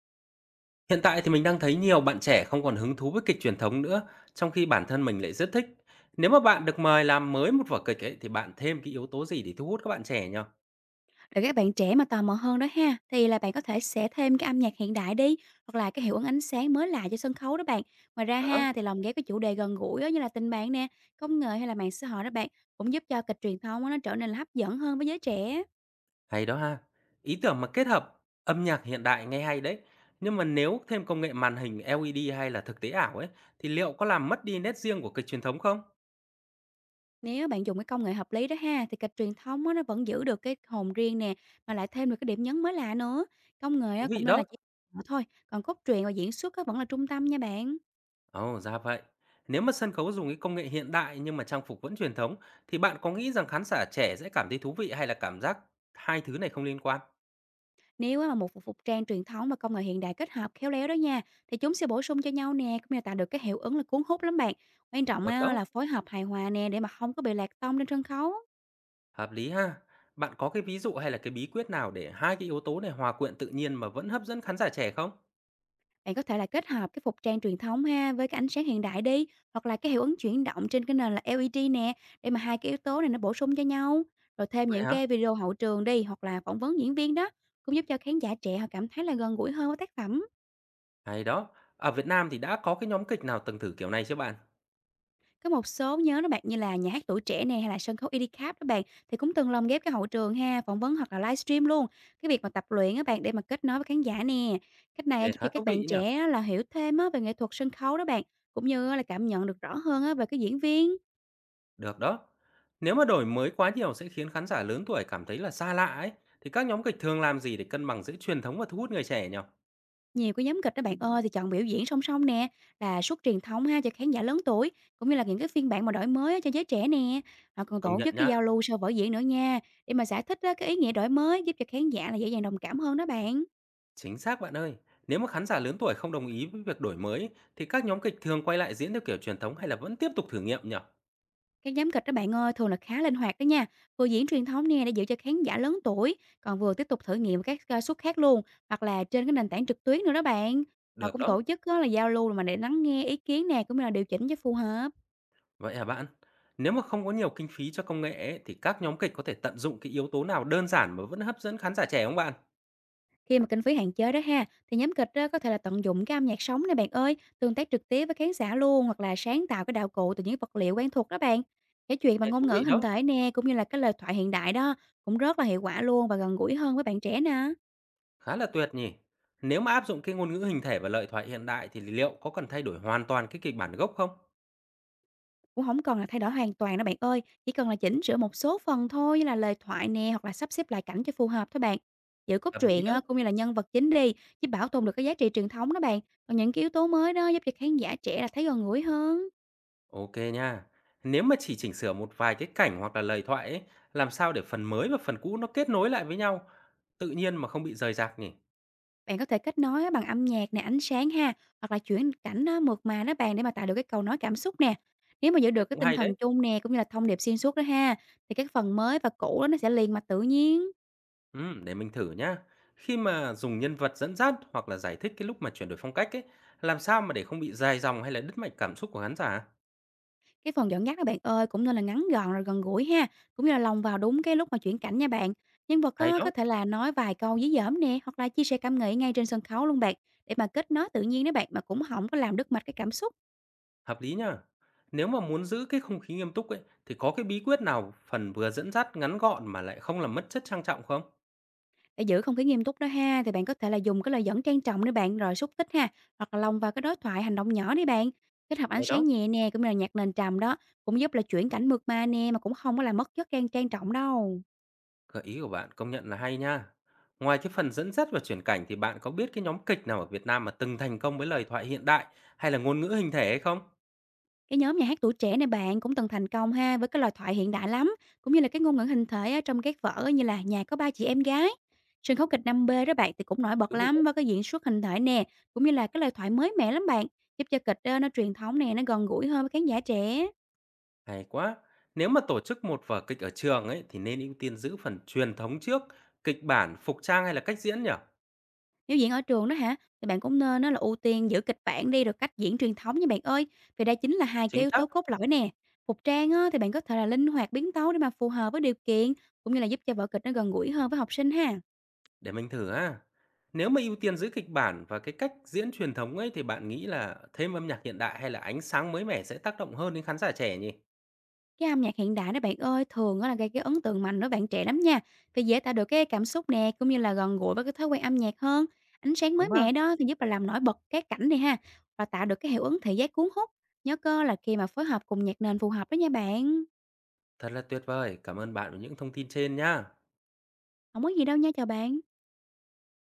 Hiện tại thì mình đang thấy nhiều bạn trẻ không còn hứng thú với kịch truyền thống nữa, trong khi bản thân mình lại rất thích. Nếu mà bạn được mời làm mới một vở kịch ấy, thì bạn thêm cái yếu tố gì để thu hút các bạn trẻ nhỉ? Để các bạn trẻ mà tò mò hơn đó ha, thì là bạn có thể sẽ thêm cái âm nhạc hiện đại đi, hoặc là cái hiệu ứng ánh sáng mới lạ cho sân khấu đó bạn. Ngoài ra Đó. ha, thì lồng ghép cái chủ đề gần gũi á, như là tình bạn nè, công nghệ hay là mạng xã hội đó bạn, cũng giúp cho kịch truyền thống á, nó trở nên là hấp dẫn hơn với giới trẻ. Hay đó ha. Ý tưởng mà kết hợp âm nhạc hiện đại nghe hay đấy. Nhưng mà nếu thêm công nghệ màn hình LED hay là thực tế ảo ấy, thì liệu có làm mất đi nét riêng của kịch truyền thống không? Nếu bạn dùng cái công nghệ hợp lý đó ha, thì kịch truyền thống á, nó vẫn giữ được cái hồn riêng nè, mà lại thêm được cái điểm nhấn mới lạ nữa. Công nghệ Thú á, vị cũng nên đó. là chỉ thôi, còn cốt truyện và diễn xuất á, vẫn là trung tâm nha bạn. Ồ, ra vậy. Nếu mà sân khấu dùng cái công nghệ hiện đại nhưng mà trang phục vẫn truyền thống, thì bạn có nghĩ rằng khán giả trẻ sẽ cảm thấy thú vị hay là cảm giác hai thứ này không liên quan? Nếu á mà một phục phục trang truyền thống và công nghệ hiện đại kết hợp khéo léo đó nha, thì chúng sẽ bổ sung cho nhau nè, cũng như là tạo được cái hiệu ứng là cuốn hút lắm bạn. Quan trọng Được á đó, là phối hợp hài hòa nè để mà không có bị lạc tông lên sân khấu. hợp lý ha. Bạn có cái ví dụ hay là cái bí quyết nào để hai cái yếu tố này hòa quyện tự nhiên mà vẫn hấp dẫn khán giả trẻ không? Bạn có thể là kết hợp cái phục trang truyền thống ha với cái ánh sáng hiện đại đi, hoặc là cái hiệu ứng chuyển động trên cái nền là LED nè, để mà hai cái yếu tố này nó bổ sung cho nhau. Rồi thêm Vậy những hả? cái video hậu trường đi, hoặc là phỏng vấn diễn viên đó, cũng giúp cho khán giả trẻ họ cảm thấy là gần gũi hơn với tác phẩm. Hay đó. Ở Việt Nam thì đã có cái nhóm kịch nào từng thử kiểu này chưa bạn? Có một số nhóm đó bạn như là Nhà hát Tuổi Trẻ nè hay là sân khấu IDCAP đó bạn thì cũng từng lồng ghép cái hậu trường ha, phỏng vấn hoặc là livestream luôn. Cái việc mà tập luyện á bạn để mà kết nối với khán giả nè. Cách này á, Nghe giúp khá cho thú các bạn vị nhỉ? trẻ á là hiểu thêm á về nghệ thuật sân khấu đó bạn, cũng như á là cảm nhận được rõ hơn á về cái diễn viên. Được đó. Nếu mà đổi mới quá nhiều sẽ khiến khán giả lớn tuổi cảm thấy là xa lạ ấy, thì các nhóm kịch thường làm gì để cân bằng giữa truyền thống và thu hút người trẻ nhỉ? Nhiều cái nhóm kịch đó bạn ơi thì chọn biểu diễn song song nè, là suốt truyền thống ha cho khán giả lớn tuổi, cũng như là những cái phiên bản mà đổi mới á cho giới trẻ nè. Họ còn Công tổ nhận chức cái nhá, giao lưu sau vở diễn nữa nha, để mà giải thích á cái ý nghĩa đổi mới, giúp cho khán giả là dễ dàng đồng cảm hơn đó bạn. chính xác bạn ơi. Nếu mà khán giả lớn tuổi không đồng ý với việc đổi mới thì các nhóm kịch thường quay lại diễn theo kiểu truyền thống hay là vẫn tiếp tục thử nghiệm nhỉ? Các nhóm kịch đó bạn ơi thường là khá linh hoạt đó nha, vừa diễn truyền thống nè để giữ cho khán giả lớn tuổi, còn vừa tiếp tục thử nghiệm các ca suất khác luôn, hoặc là trên cái nền tảng trực tuyến nữa đó bạn. Họ Được cũng đó. tổ chức đó là giao lưu, mà để lắng nghe ý kiến nè, cũng như là điều chỉnh cho phù hợp. Vậy hả bạn? Nếu mà không có nhiều kinh phí cho công nghệ ấy, thì các nhóm kịch có thể tận dụng cái yếu tố nào đơn giản mà vẫn hấp dẫn khán giả trẻ không bạn? Khi mà kinh phí hạn chế đó ha, thì nhóm kịch đó có thể là tận dụng cái âm nhạc sống này bạn ơi, tương tác trực tiếp với khán giả luôn, hoặc là sáng tạo cái đạo cụ từ những vật liệu quen thuộc đó bạn. Kể chuyện bằng Ê, thú ngôn ngữ vị hình đó, thể nè, cũng như là cái lời thoại hiện đại đó, cũng rất là hiệu quả luôn và gần gũi hơn với bạn trẻ nè. khá là tuyệt nhỉ. Nếu mà áp dụng cái ngôn ngữ hình thể và lời thoại hiện đại thì liệu có cần thay đổi hoàn toàn cái kịch bản gốc không? Cũng không cần là thay đổi hoàn toàn đâu bạn ơi, chỉ cần là chỉnh sửa một số phần thôi, như là lời thoại nè, hoặc là sắp xếp lại cảnh cho phù hợp thôi bạn. Giữ cốt Hợp lý truyện đấy. á, cũng như là nhân vật chính đi, giúp bảo tồn được cái giá trị truyền thống đó bạn. Còn những cái yếu tố mới đó giúp cho khán giả trẻ là thấy gần gũi hơn. Ok nha. Nếu mà chỉ chỉnh sửa một vài cái cảnh hoặc là lời thoại ấy, làm sao để phần mới và phần cũ nó kết nối lại với nhau tự nhiên mà không bị rời rạc nhỉ? Bạn có thể kết nối á bằng âm nhạc nè, ánh sáng ha, hoặc là chuyển cảnh nó mượt mà đó bạn, để mà tạo được cái cầu nói cảm xúc nè. Nếu mà giữ Thế được cái cũng tinh hay thần đấy. chung nè, cũng như là thông điệp xuyên suốt đó ha, thì các phần mới và cũ đó nó sẽ liền mà tự nhiên. Để mình thử nhá. Khi mà dùng nhân vật dẫn dắt hoặc là giải thích cái lúc mà chuyển đổi phong cách ấy, làm sao mà để không bị dài dòng hay là đứt mạch cảm xúc của khán giả? Cái phần dẫn dắt đó bạn ơi, cũng nên là ngắn gọn rồi gần gũi ha, cũng như là lồng vào đúng cái lúc mà chuyển cảnh nha bạn. Nhân vật Hay á, có đó, thể là nói vài câu dí dỏm nè, hoặc là chia sẻ cảm nghĩ ngay trên sân khấu luôn bạn, để mà kết nối tự nhiên đó bạn, mà cũng không có làm đứt mạch cái cảm xúc. hợp lý nhá. Nếu mà muốn giữ cái không khí nghiêm túc ấy, thì có cái bí quyết nào phần vừa dẫn dắt ngắn gọn mà lại không làm mất chất trang trọng không? Để giữ không khí nghiêm túc đó ha, thì bạn có thể là dùng cái lời dẫn trang trọng để bạn, rồi xúc tích ha, hoặc là lồng vào cái đối thoại hành động nhỏ đi bạn. Kết hợp ánh Hay đó, sáng nhẹ nè, cũng như là nhạc nền trầm đó, cũng giúp là chuyển cảnh mượt mà nè, mà cũng không có làm mất chất trang trang trọng đâu. gợi ý của bạn công nhận là hay nha. Ngoài cái phần dẫn dắt và chuyển cảnh thì bạn có biết cái nhóm kịch nào ở Việt Nam mà từng thành công với lời thoại hiện đại hay là ngôn ngữ hình thể hay không? Cái nhóm nhà hát tuổi trẻ này bạn cũng từng thành công ha với cái lời thoại hiện đại lắm, cũng như là cái ngôn ngữ hình thể ở trong các vở như là Nhà có ba chị em gái. Sân khấu kịch 5B đó bạn thì cũng nổi bật Thú vị. lắm với cái diễn xuất hình thể nè, cũng như là cái lời thoại mới mẻ lắm bạn, giúp cho kịch nó truyền thống nè, nó gần gũi hơn với khán giả trẻ. Hay quá! Nếu mà tổ chức một vở kịch ở trường ấy thì nên ưu tiên giữ phần truyền thống trước, kịch bản, phục trang hay là cách diễn nhỉ? Nếu diễn ở trường đó hả, thì bạn cũng nên nó là ưu tiên giữ kịch bản đi rồi cách diễn truyền thống nha bạn ơi, vì đây chính là hai cái Chính yếu xác, tố cốt lõi nè. Phục trang á, thì bạn có thể là linh hoạt biến tấu để mà phù hợp với điều kiện, cũng như là giúp cho vở kịch nó gần gũi hơn với học sinh ha. để mình thử ha. Nếu mà ưu tiên giữ kịch bản và cái cách diễn truyền thống ấy thì bạn nghĩ là thêm âm nhạc hiện đại hay là ánh sáng mới mẻ sẽ tác động hơn đến khán giả trẻ nhỉ? Cái âm nhạc hiện đại đó bạn ơi, thường á là gây cái ấn tượng mạnh với bạn trẻ lắm nha, vì dễ tạo được cái cảm xúc nè, cũng như là gần gũi với cái thói quen âm nhạc hơn. Ánh sáng Đúng mới ha? mẻ đó thì giúp là làm nổi bật cái cảnh này ha, và tạo được cái hiệu ứng thị giác cuốn hút. Nhớ cơ là khi mà phối hợp cùng nhạc nền phù hợp đó nha bạn. Thật là tuyệt vời. Cảm ơn bạn về những thông tin trên nhá. Không có gì đâu nha, chào bạn.